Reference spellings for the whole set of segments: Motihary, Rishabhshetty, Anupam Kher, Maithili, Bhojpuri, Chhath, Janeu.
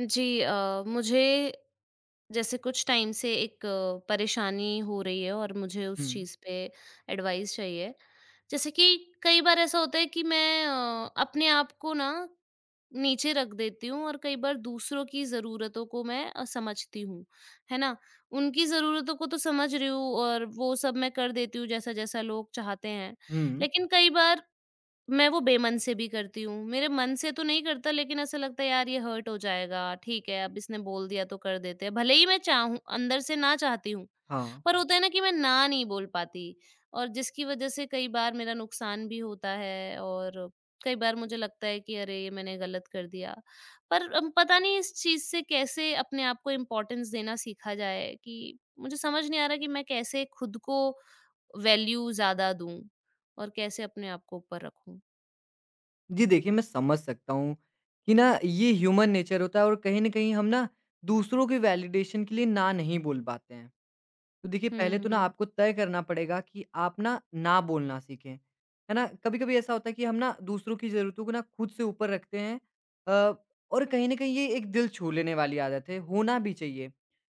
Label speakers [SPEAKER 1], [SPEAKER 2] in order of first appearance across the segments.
[SPEAKER 1] जी मुझे जैसे कुछ टाइम से एक परेशानी हो रही है और मुझे उस
[SPEAKER 2] हुँ।
[SPEAKER 1] चीज़ पे एडवाइस चाहिए। जैसे कि कई बार ऐसा होता है कि मैं अपने आप को ना नीचे रख देती हूँ और कई बार दूसरों की ज़रूरतों को मैं समझती हूँ, है ना? उनकी ज़रूरतों को तो समझ रही हूँ और वो सब मैं कर देती हूँ जैसा-जैसा लोग चाहते हैं।
[SPEAKER 2] हुँ,
[SPEAKER 1] लेकिन कई बार मैं वो बेमन से भी करती हूँ। मेरे मन से तो नहीं करता लेकिन ऐसा लगता है यार ये हर्ट हो जाएगा, ठीक है अब इसने बोल दिया तो कर देते हैं। भले ही मैं चाहूँ अंदर से ना चाहती हूँ,
[SPEAKER 2] हाँ।
[SPEAKER 1] पर होता है ना कि मैं ना नहीं बोल पाती और जिसकी वज़ह से कई बार मेरा नुकसान भी होता है और कई बार मुझे लगता है कि अरे! ये मैंने गलत कर दिया। पर पता नहीं इस चीज़ से कैसे अपने आप को इम्पोर्टेंस देना सीखा जाए कि मुझे समझ नहीं आ रहा कि मैं कैसे खुद को वैल्यू ज़्यादा दूँ और कैसे अपने आप को ऊपर रखूँ?
[SPEAKER 2] जी, देखिए मैं समझ सकता हूँ कि ना ये ह्यूमन नेचर होता है और कहीं न कहीं हम ना दूसरों के वैलिडेशन के लिए ना नहीं बोल पाते हैं। तो देखिए
[SPEAKER 1] हुँ,
[SPEAKER 2] पहले तो ना
[SPEAKER 1] हुँ,
[SPEAKER 2] आपको तय करना पड़ेगा कि आप ना, ना बोलना सीखें, है ना? कभी-कभी ऐसा होता है कि हम ना दूसरों की ज़रूरतों को ना खुद से ऊपर रखते हैं अ, और कहीं न कहीं ये एक दिल छू लेने वाली आदत है, होना भी चाहिए।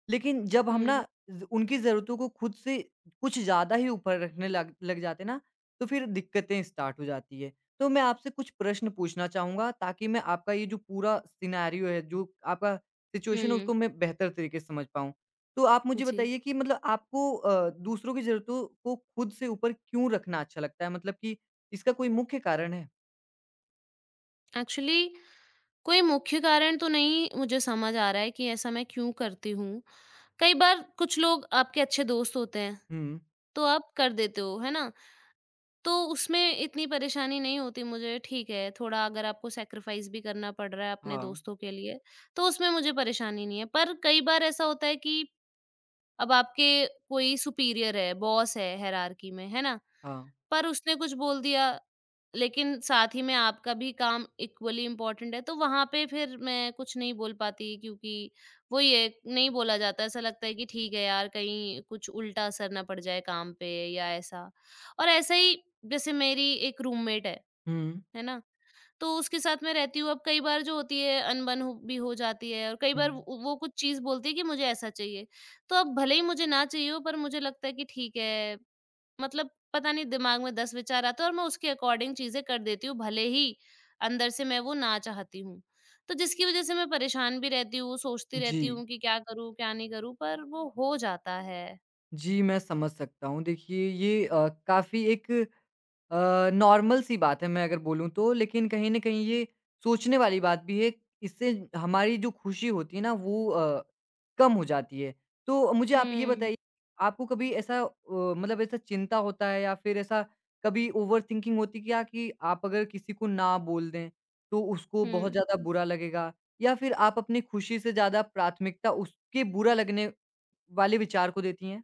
[SPEAKER 2] लेकिन जब हम ना ज़ उनकी ज़रूरतों को खुद से कुछ ज़्यादा ही ऊपर रखने लग लग जाते हैं ना, तो फिर दिक्कतें स्टार्ट हो जाती है। तो मैं आपसे कुछ प्रश्न पूछना चाहूँगा ताकि मैं आपका ये जो पूरा सिनेरियो है, जो आपका सिचुएशन है
[SPEAKER 1] हुँ,
[SPEAKER 2] उसको मैं बेहतर तरीके से समझ पाऊँ। तो आप मुझे
[SPEAKER 1] जी।
[SPEAKER 2] बताइए कि मतलब आपको दूसरों की ज़रूरतों को खुद से ऊपर क्यों रखना अच्छा लगता है? मतलब कि इसका कोई मुख्य कारण है?
[SPEAKER 1] एक्चुअली कोई मुख्य कारण तो नहीं मुझे समझ आ रहा है कि ऐसा मैं क्यों करती हूँ। कई बार कुछ लोग आपके अच्छे दोस्त होते हैं,
[SPEAKER 2] हुँ।
[SPEAKER 1] तो आप कर देते हो, है ना? तो उसमें इतनी परेशानी नहीं होती मुझे ठीक है, थोड़ा अगर आपको सैक्रिफ़ाइस भी करना पड़ रहा है अपने
[SPEAKER 2] हाँ,
[SPEAKER 1] दोस्तों के लिए, तो उसमें मुझे परेशानी नहीं है। पर कई बार ऐसा होता है कि अब आपके कोई सुपीरियर है, बॉस है हायरार्की में, है ना?
[SPEAKER 2] हाँ।
[SPEAKER 1] पर उसने कुछ बोल दिया, लेकिन साथ ही में आपका भी काम इक्वली इम्पोर्टेंट है, तो वहाँ पे फिर मैं कुछ नहीं बोल पाती क्योंकि वही है, नहीं बोला जाता, ऐसा लगता है कि ठीक है यार, कहीं कुछ उल्टा असर ना पड़ जाए काम पे या ऐसा। और ऐसा ही जैसे मेरी एक रूममेट
[SPEAKER 2] हुँ,
[SPEAKER 1] है ना? तो उसके साथ मैं रहती हूँ, अब कई बार जो होती है अनबन हो भी हो जाती है और कई
[SPEAKER 2] हुँ।
[SPEAKER 1] बार वो कुछ चीज़ बोलती है कि मुझे ऐसा चाहिए। तो अब भले ही मुझे ना चाहिए हो पर मुझे लगता है कि ठीक है मतलब पता नहीं दिमाग में 10 विचार आते हैं और मैं उसके अकॉर्डिंग चीज़ें कर देती हूँ, भले ही अंदर से मैं वो ना चाहती हूँ। तो जिसकी वज़ह से मैं परेशान भी रहती हूँ, सोचती रहती
[SPEAKER 2] जी,
[SPEAKER 1] हूँ कि क्या करूँ, क्या नहीं करूँ, पर वो हो जाता है।
[SPEAKER 2] जी मैं समझ सकता हूँ। देखिए ये काफ़ी एक नॉर्मल सी बात है मैं अगर बोलूँ तो, लेकिन कहीं न कहीं ये सोचने वाली बात भी है, इससे हमारी जो खुशी होती है ना वो कम हो जाती है। तो मुझे आप ये
[SPEAKER 1] हुँ,
[SPEAKER 2] बताइए, आपको कभी ऐसा मतलब ऐसा चिंता होता है या फिर ऐसा कभी ओवरथिंकिंग होती है क्या कि आप अगर किसी को ना बोल दें, तो उसको बहुत
[SPEAKER 1] हुँ।
[SPEAKER 2] ज़्यादा बुरा लगेगा? या फिर आप अपनी खुशी से ज़्यादा प्राथमिकता उसके बुरा लगने वाले विचार को देती हैं?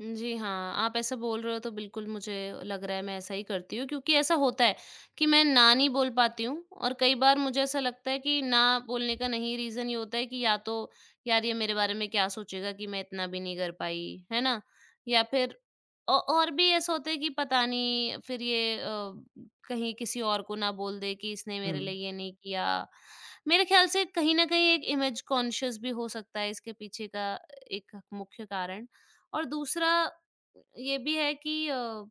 [SPEAKER 1] जी हाँ, आप ऐसा बोल रहे हो तो बिल्कुल मुझे लग रहा है मैं ऐसा ही करती हूँ क्योंकि ऐसा होता है कि मैं ना नहीं बोल पाती हूँ और कई बार मुझे ऐसा लगता है कि ना बोलने का नहीं रीज़न ये होता है कि या तो यार ये मेरे बारे में क्या सोचेगा कि मैं इतना भी नहीं कर पाई, है ना? या फिर औ और भी ऐसा होता है कि पता नहीं फिर ये कहीं किसी और को ना बोल दे कि इसने
[SPEAKER 2] हुँ।
[SPEAKER 1] मेरे लिए ये नहीं किया। मेरे ख़्याल से कहीं न कहीं एक इमेज कॉन्शियस भी हो सकता है इसके पीछे का एक मुख्य कारण। और दूसरा ये भी है कि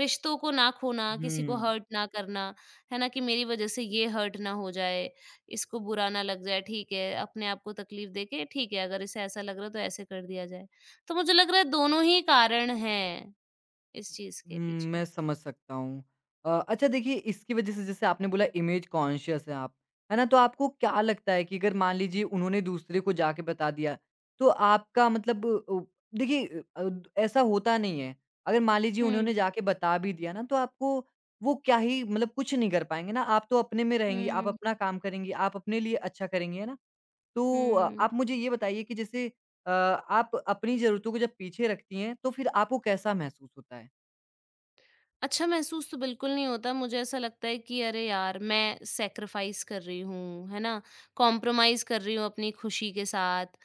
[SPEAKER 1] रिश्तों को ना खोना, किसी को
[SPEAKER 2] हुँ।
[SPEAKER 1] हर्ट ना करना, है ना? कि मेरी वजह से ये हर्ट ना हो जाए, इसको बुरा ना लग जाए, ठीक है। अपने आप को तकलीफ देके ठीक है, अगर इसे ऐसा लग रहा है तो ऐसे कर दिया जाए। तो मुझे लग रहा है दोनों ही कारण हैं इस चीज़
[SPEAKER 2] हुँ,
[SPEAKER 1] के पीछे।
[SPEAKER 2] मैं समझ सकता हूँ। अच्छा देखिए इसकी वज़ह से जैसे आपने बोला इमेज कॉन्शियस हैं आप, है ना? तो आपको क्या लगता है कि अगर मान लीजिए उन्होंने दूसरे को जाके बता दिया, तो आपका मतलब देखिए अ, अद ऐसा होता नहीं है। अगर मान लीजिए
[SPEAKER 1] हुँ,
[SPEAKER 2] उन्होंने जाके बता भी दिया ना तो आपको वो क्या ही मतलब कुछ नहीं कर पाएँगे ना, आप तो अपने में रहेंगी, आप
[SPEAKER 1] हुँ,
[SPEAKER 2] अपना काम करेंगी, आप अपने लिए अच्छा करेंगी, है ना? तो
[SPEAKER 1] हुँ।
[SPEAKER 2] आप मुझे ये बताइए कि जैसे आप अपनी ज़रूरतों को जब पीछे रखती हैं, तो फिर आपको कैसा महसूस होता है?
[SPEAKER 1] अच्छा महसूस तो बिल्कुल नहीं होता मुझे ऐसा लगता है कि अरे यार मैं सैक्रिफाइस कर रही हूँ है ना कॉम्प्रोमाइज कर रही हूँ अपनी खुशी के साथ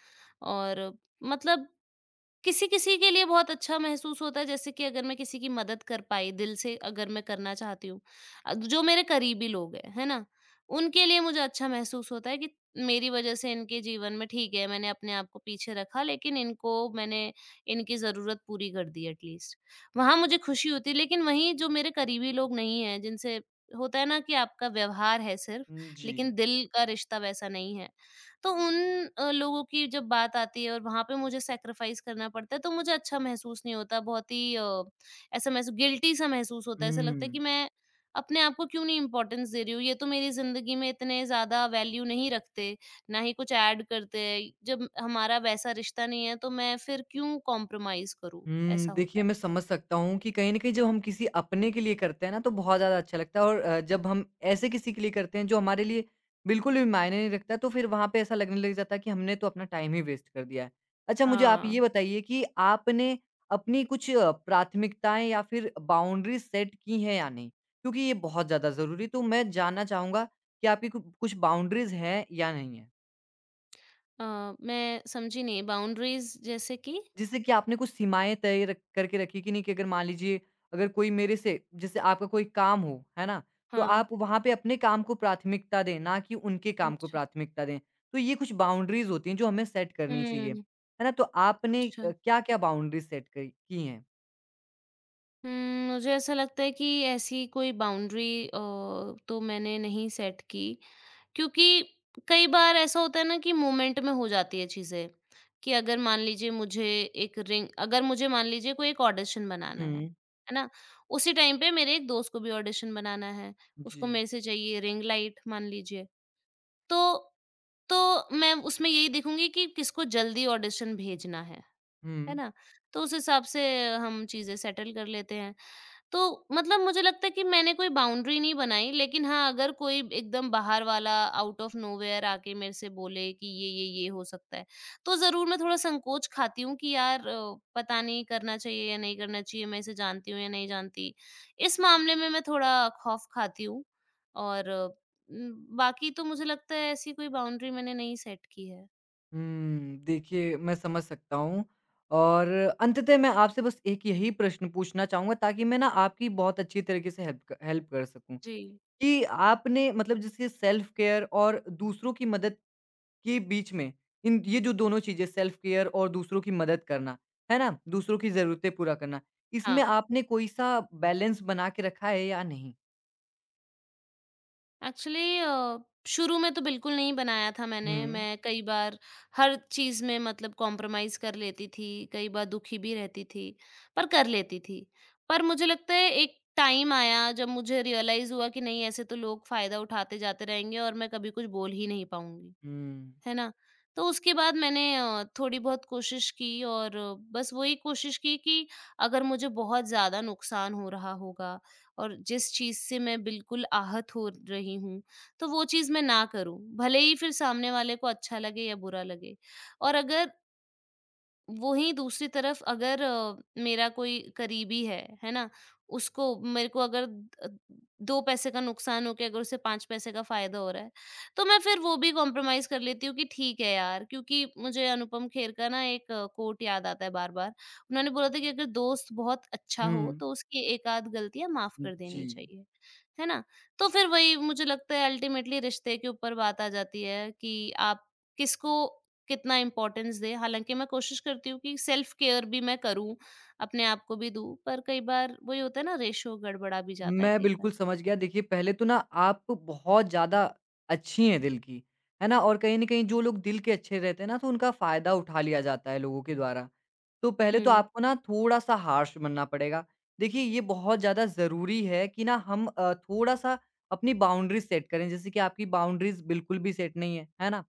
[SPEAKER 1] और मतलब किसी-किसी के लिए बहुत अच्छा महसूस होता है, जैसे कि अगर मैं किसी की मदद कर पाई, दिल से अगर मैं करना चाहती हूँ जो मेरे करीबी लोग हैं, है ना? उनके लिए मुझे अच्छा महसूस होता है कि मेरी वज़ह से इनके जीवन में ठीक है, मैंने अपने आप को पीछे रखा लेकिन इनको मैंने इनकी ज़रूरत पूरी कर दी एटलीस्ट। वहाँ मुझे खुशी होती है, लेकिन वहीं जो मेरे करीबी लोग नहीं हैं, जिनसे होता है ना कि आपका व्यवहार है सिर्फ़,
[SPEAKER 2] हुँ,
[SPEAKER 1] लेकिन
[SPEAKER 2] जी।
[SPEAKER 1] दिल का रिश्ता वैसा नहीं है। तो उन लोगों की जब बात आती है और वहाँ पे मुझे सैक्रिफाइस करना पड़ता है, तो मुझे अच्छा महसूस नहीं होता, बहुत ही ऐसा महसूस गिल्टी सा महसूस होता है, ऐसा लगता है
[SPEAKER 2] हुँ।
[SPEAKER 1] कि मैं अपने आप को क्यों नहीं इम्पोर्टेंस दे रही हूँ, ये तो मेरी ज़िंदगी में इतने ज़्यादा वैल्यू नहीं रखते, ना ही कुछ ऐड करते हैं, जब हमारा वैसा रिश्ता नहीं है, तो मैं फिर क्यों कॉम्प्रोमाइज़ करूँ,
[SPEAKER 2] हुँ,
[SPEAKER 1] ऐसा होता
[SPEAKER 2] देखिए
[SPEAKER 1] है।
[SPEAKER 2] मैं समझ सकता हूँ कि कहीं न कहीं जब हम किसी अपने के लिए करते हैं ना तो बहुत ज़्यादा अच्छा लगता है और जब हम ऐसे किसी के लिए करते हैं जो हमारे लिए बिल्कुल भी मायने नहीं रखता तो फिर वहाँ पे ऐसा लगने लग जाता है कि हमने तो अपना टाइम ही वेस्ट कर दिया है। अच्छा मुझे आप
[SPEAKER 1] हाँ।
[SPEAKER 2] ये बताइए कि आपने अपनी कुछ प्राथमिकताएँ या फिर बाउंड्रीज़ सेट की हैं या नहीं? क्योंकि ये बहुत ज़्यादा ज़रूरी तो मैं जानना चाहूँगा कि आपकी कु कुछ बाउंड्रीज़ हैं या नहीं है?
[SPEAKER 1] अ, मैं समझी नहीं, बाउंड्रीज़ जैसे कि?
[SPEAKER 2] जैसे कि आपने कुछ सीमाएँ तय रख करके रखी कि नहीं कि अगर मान लीजिए अगर कोई मेरे से जैसे आपका कोई काम हो, है ना? तो
[SPEAKER 1] हाँ,
[SPEAKER 2] आप वहाँ पे अपने काम को प्राथमिकता दें, ना कि उनके काम को
[SPEAKER 1] अच्छा।
[SPEAKER 2] प्राथमिकता दें। तो ये कुछ बाउंड्रीज़ होती हैं जो हमें सेट करनी चाहिए,
[SPEAKER 1] हुँ।
[SPEAKER 2] है ना? तो आपने
[SPEAKER 1] अच्छा।
[SPEAKER 2] क्या-क्या बाउंड्रीज़ सेट करी की हैं?
[SPEAKER 1] हुँ, मुझे ऐसा लगता है कि ऐसी कोई बाउंड्री तो मैंने नहीं सेट की, क्योंकि कई बार ऐसा होता है ना कि मोमेंट में हो जाती है चीज़ें, कि अगर मान लीजिए मुझे एक रिंग अगर मुझे मान लीजिए कोई एक ऑडिशन बनाना
[SPEAKER 2] हुँ।
[SPEAKER 1] है ना? उसी टाइम पे मेरे एक दोस्त को भी ऑडिशन बनाना है,
[SPEAKER 2] जी।
[SPEAKER 1] उसको मेरे से चाहिए रिंग लाइट मान लीजिए, तो तो मैं उसमें यही देखूँगी कि किसको जल्दी ऑडिशन भेजना है
[SPEAKER 2] हुँ।
[SPEAKER 1] ना? तो उस हिसाब से हम चीज़ें सेटल कर लेते हैं। तो मतलब मुझे लगता है कि मैंने कोई बाउंड्री नहीं बनाई लेकिन हाँ, अगर कोई एकदम बाहर वाला आउट ऑफ नोवेयर आके मेरे से बोले कि ये हो सकता है, तो ज़रूर मैं थोड़ा संकोच खाती हूँ कि यार पता नहीं करना चाहिए या नहीं करना चाहिए, मैं इसे जानती हूँ या नहीं जानती। इस मामले में मैं थोड़ा खौफ़ खाती हूँ और बाकी तो मुझे लगता है ऐसी कोई बाउंड्री मैंने नहीं सेट की है।
[SPEAKER 2] हुँ, देखिए मैं समझ सकता हूँ और अंततः मैं आपसे बस एक यही प्रश्न पूछना चाहूँगा ताकि मैं ना आपकी बहुत अच्छी तरीके से हेल्प कर सकूँ।
[SPEAKER 1] जी।
[SPEAKER 2] कि आपने मतलब जैसे सेल्फ केयर और दूसरों की मदद के बीच में इन ये जो दोनों चीज़ें सेल्फ केयर और दूसरों की मदद करना, है ना? दूसरों की ज़रूरतें पूरा करना,
[SPEAKER 1] हाँ।
[SPEAKER 2] इसमें आपने कोई-सा बैलेंस बना के रखा है या नहीं?
[SPEAKER 1] एक्चुअली शुरू में तो बिल्कुल नहीं बनाया था मैंने।
[SPEAKER 2] हुँ।
[SPEAKER 1] मैं कई बार हर चीज़ में मतलब कॉम्प्रोमाइज़ कर लेती थी, कई बार दुखी भी रहती थी, पर कर लेती थी। पर मुझे लगता है एक टाइम आया जब मुझे रियलाइज़ हुआ कि नहीं ऐसे तो लोग फ़ायदा उठाते जाते रहेंगे और मैं कभी कुछ बोल ही नहीं पाऊँगी।
[SPEAKER 2] हुँ।
[SPEAKER 1] है ना? तो उसके बाद मैंने थोड़ी बहुत कोशिश की और बस वही कोशिश की कि अगर मुझे बहुत ज़्यादा नुकसान हो रहा होगा और जिस चीज़ से मैं बिल्कुल आहत हो रही हूँ, तो वो चीज़ मैं ना करूँ। भले ही फिर सामने वाले को अच्छा लगे या बुरा लगे। और अगर वहीं दूसरी तरफ अगर मेरा कोई करीबी है ना? उसको मेरे को अगर अ, 2 पैसे का नुकसान हो के अगर उसे 5 पैसे का फ़ायदा हो रहा है, तो मैं फिर वो भी कॉम्प्रोमाइज़ कर लेती हूँ कि ठीक है यार, क्योंकि मुझे अनुपम खेर का ना एक कोट याद आता है बार-बार। उन्होंने बोला था कि अगर दोस्त बहुत अच्छा हो,
[SPEAKER 2] हुँ।
[SPEAKER 1] तो उसकी एक-आध गलतियाँ माफ़ कर
[SPEAKER 2] जी।
[SPEAKER 1] देनी चाहिए, है ना? तो फिर वही मुझे लगता है अल्टीमेटली रिश्ते के ऊपर बात आ जाती है कि आप किसको कितना इम्पोर्टेंस दें। हालाँकि मैं कोशिश करती हूँ कि सेल्फ केयर भी मैं करूँ, अपने आप को भी दूँ, पर कई बार वही होता है ना रेशो गड़बड़ा भी जाता है
[SPEAKER 2] मैं
[SPEAKER 1] कई बार।
[SPEAKER 2] बिल्कुल समझ गया। देखिए, पहले तो ना आप बहुत ज़्यादा अच्छी हैं दिल की, है ना? और कहीं न कहीं जो लोग दिल के अच्छे रहते हैं ना, तो उनका फ़ायदा उठा लिया जाता है लोगों के द्वारा। तो पहले तो
[SPEAKER 1] हुँ,
[SPEAKER 2] आपको ना थोड़ा-सा हार्श बनना पड़ेगा। देखिए, ये बहुत ज़्यादा ज़रूरी है कि ना हम थोड़ा-सा अपनी बाउंड्रीज़ सेट करें। जैसे कि आपकी बाउंड्रीज़ बिल्कुल भी सेट नहीं है, है ना?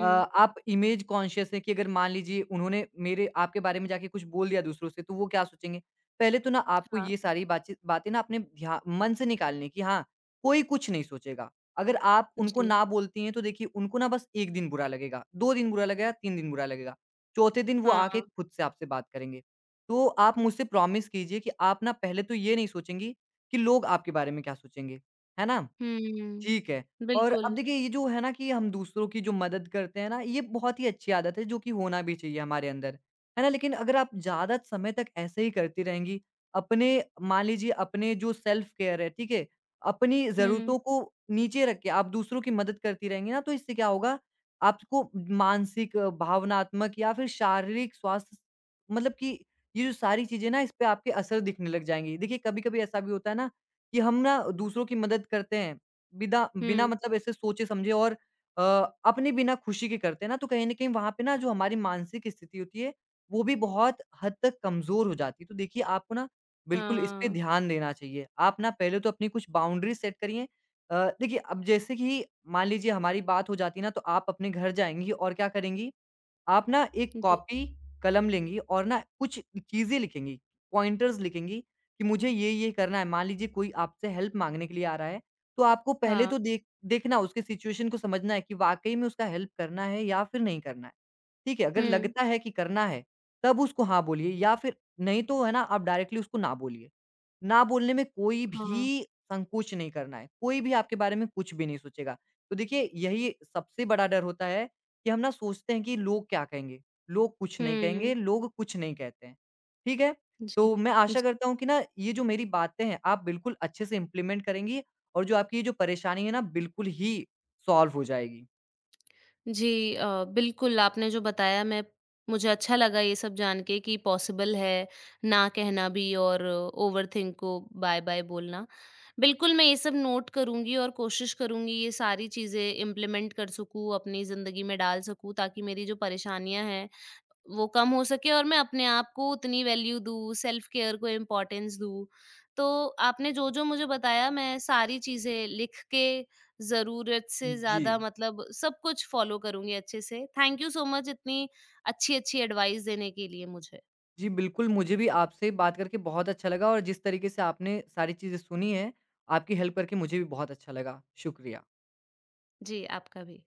[SPEAKER 2] आप इमेज कॉन्शियस हैं कि अगर मान लीजिए उन्होंने मेरे आपके बारे में जाके कुछ बोल दिया दूसरों से तो वो क्या सोचेंगे। पहले तो ना आपको
[SPEAKER 1] हाँ,
[SPEAKER 2] ये सारी बातचीत बातें ना अपने ध्या मन से निकालनी कि हाँ, कोई कुछ नहीं सोचेगा। अगर आप उनको
[SPEAKER 1] जी,
[SPEAKER 2] ना बोलती हैं तो देखिए उनको ना बस 1 दिन बुरा लगेगा, 2 दिन बुरा लगेगा, 3 दिन बुरा लगेगा। चौथे दिन वो
[SPEAKER 1] हाँ,
[SPEAKER 2] आके खुद से आपसे बात करेंगे। तो आप मुझसे प्रॉमिस कीजिए कि आप ना पहले तो ये नहीं सोचेंगी कि लोग आपके बारे में क्या सोचेंगे, है ना?
[SPEAKER 1] हुँ,
[SPEAKER 2] ठीक है। और अब
[SPEAKER 1] बिल्कुल,
[SPEAKER 2] देखिए ये जो है ना कि हम दूसरों की जो मदद करते हैं ना, ये बहुत ही अच्छी आदत है जो कि होना भी चाहिए हमारे अंदर, है ना? लेकिन अगर आप ज़्यादा समय तक ऐसे ही करती रहेंगी, अपने मान लीजिए अपने जो सेल्फ केयर है, ठीक है? अपनी
[SPEAKER 1] हुँ,
[SPEAKER 2] ज़रूरतों को नीचे रख के आप दूसरों की मदद करती रहेंगी ना, तो इससे क्या होगा, आपको मानसिक, भावनात्मक या फिर शारीरिक स्वास्थ्य मतलब कि ये जो सारी चीज़ें ना, इस पे आपके असर दिखने लग जाएँगी। देखिए, कभी-कभी ऐसा भी होता है ना कि हम ना दूसरों की मदद करते हैं बिदा बिना
[SPEAKER 1] हुँ,
[SPEAKER 2] मतलब ऐसे सोचे समझे और अ, अपने बिना खुशी के करते हैं ना, तो कहीं न कहीं वहाँ पे ना जो हमारी मानसिक स्थिति होती है, वो भी बहुत हद तक कमज़ोर हो जाती है। तो देखिए आपको ना बिल्कुल इस पे
[SPEAKER 1] हाँ,
[SPEAKER 2] ध्यान देना चाहिए। आप ना पहले तो अपनी कुछ बाउंड्री सेट करिए। अ, देखिए अब जैसे कि मान लीजिए हमारी बात हो जाती है ना, तो आप अपने घर जाएँगी और क्या करेंगी आप ना एक
[SPEAKER 1] जी,
[SPEAKER 2] कॉपी, कलम लेंगी और ना कुछ चीज़ें लिखेंगी, पॉइंटर्स लिखेंगी कि मुझे ये-ये करना है। मान लीजिए कोई आपसे हेल्प माँगने के लिए आ रहा है, तो आपको पहले
[SPEAKER 1] हाँ,
[SPEAKER 2] तो देखना उसके सिचुएशन को समझना है कि वाक़ई में उसका हेल्प करना है या फिर नहीं करना है। ठीक है, अगर
[SPEAKER 1] हुँ,
[SPEAKER 2] लगता है कि करना है, तब उसको हाँ बोलिए या फिर नहीं तो है ना आप डायरेक्टली उसको ना बोलिए। ना बोलने में कोई
[SPEAKER 1] हाँ,
[SPEAKER 2] भी संकोच नहीं करना है, कोई भी आपके बारे में कुछ भी नहीं सोचेगा। तो देखिए यही सबसे बड़ा डर होता है कि हम ना सोचते हैं कि लोग क्या कहेंगे? लोग कुछ नहीं कहेंगे,
[SPEAKER 1] हुँ,
[SPEAKER 2] लोग कुछ नहीं कहते हैं। ठीक है?
[SPEAKER 1] जी,
[SPEAKER 2] तो मैं आशा
[SPEAKER 1] जी।
[SPEAKER 2] करता हूँ कि ना ये जो मेरी बातें हैं आप बिल्कुल अच्छे से इम्प्लीमेंट करेंगी और जो आपकी ये जो परेशानी है ना बिल्कुल ही सॉल्व हो जाएगी।
[SPEAKER 1] जी बिल्कुल, आपने जो बताया मैं मुझे अच्छा लगा ये सब जान के कि पॉसिबल है, ना कहना भी और ओवरथिंक को बाय-बाय बोलना। बिल्कुल, मैं ये सब नोट करूँगी और कोशिश करूँगी ये सारी चीज़ें इम्प्लीमेंट कर सकूँ, अपनी ज़िंदगी में डाल सकूँ ताकि मेरी जो परेशानियाँ हैं, वो कम हो सके और मैं अपने आप को उतनी वैल्यू दूँ, सेल्फ केयर को इम्पोर्टेंस दूँ। तो आपने जो-जो मुझे बताया मैं सारी चीज़ें लिख के ज़रूरत से
[SPEAKER 2] जी।
[SPEAKER 1] ज़्यादा मतलब सब कुछ फ़ॉलो करूँगी अच्छे से। थैंक यू सो मच इतनी अच्छी-अच्छी एडवाइस देने के लिए मुझे।
[SPEAKER 2] जी, बिल्कुल, मुझे भी आपसे बात करके बहुत अच्छा लगा और जिस तरीके से आपने सारी चीज़ें सुनी हैं, आपकी हेल्प करके मुझे भी बहुत अच्छा लगा। शुक्रिया।
[SPEAKER 1] जी, आपका भी।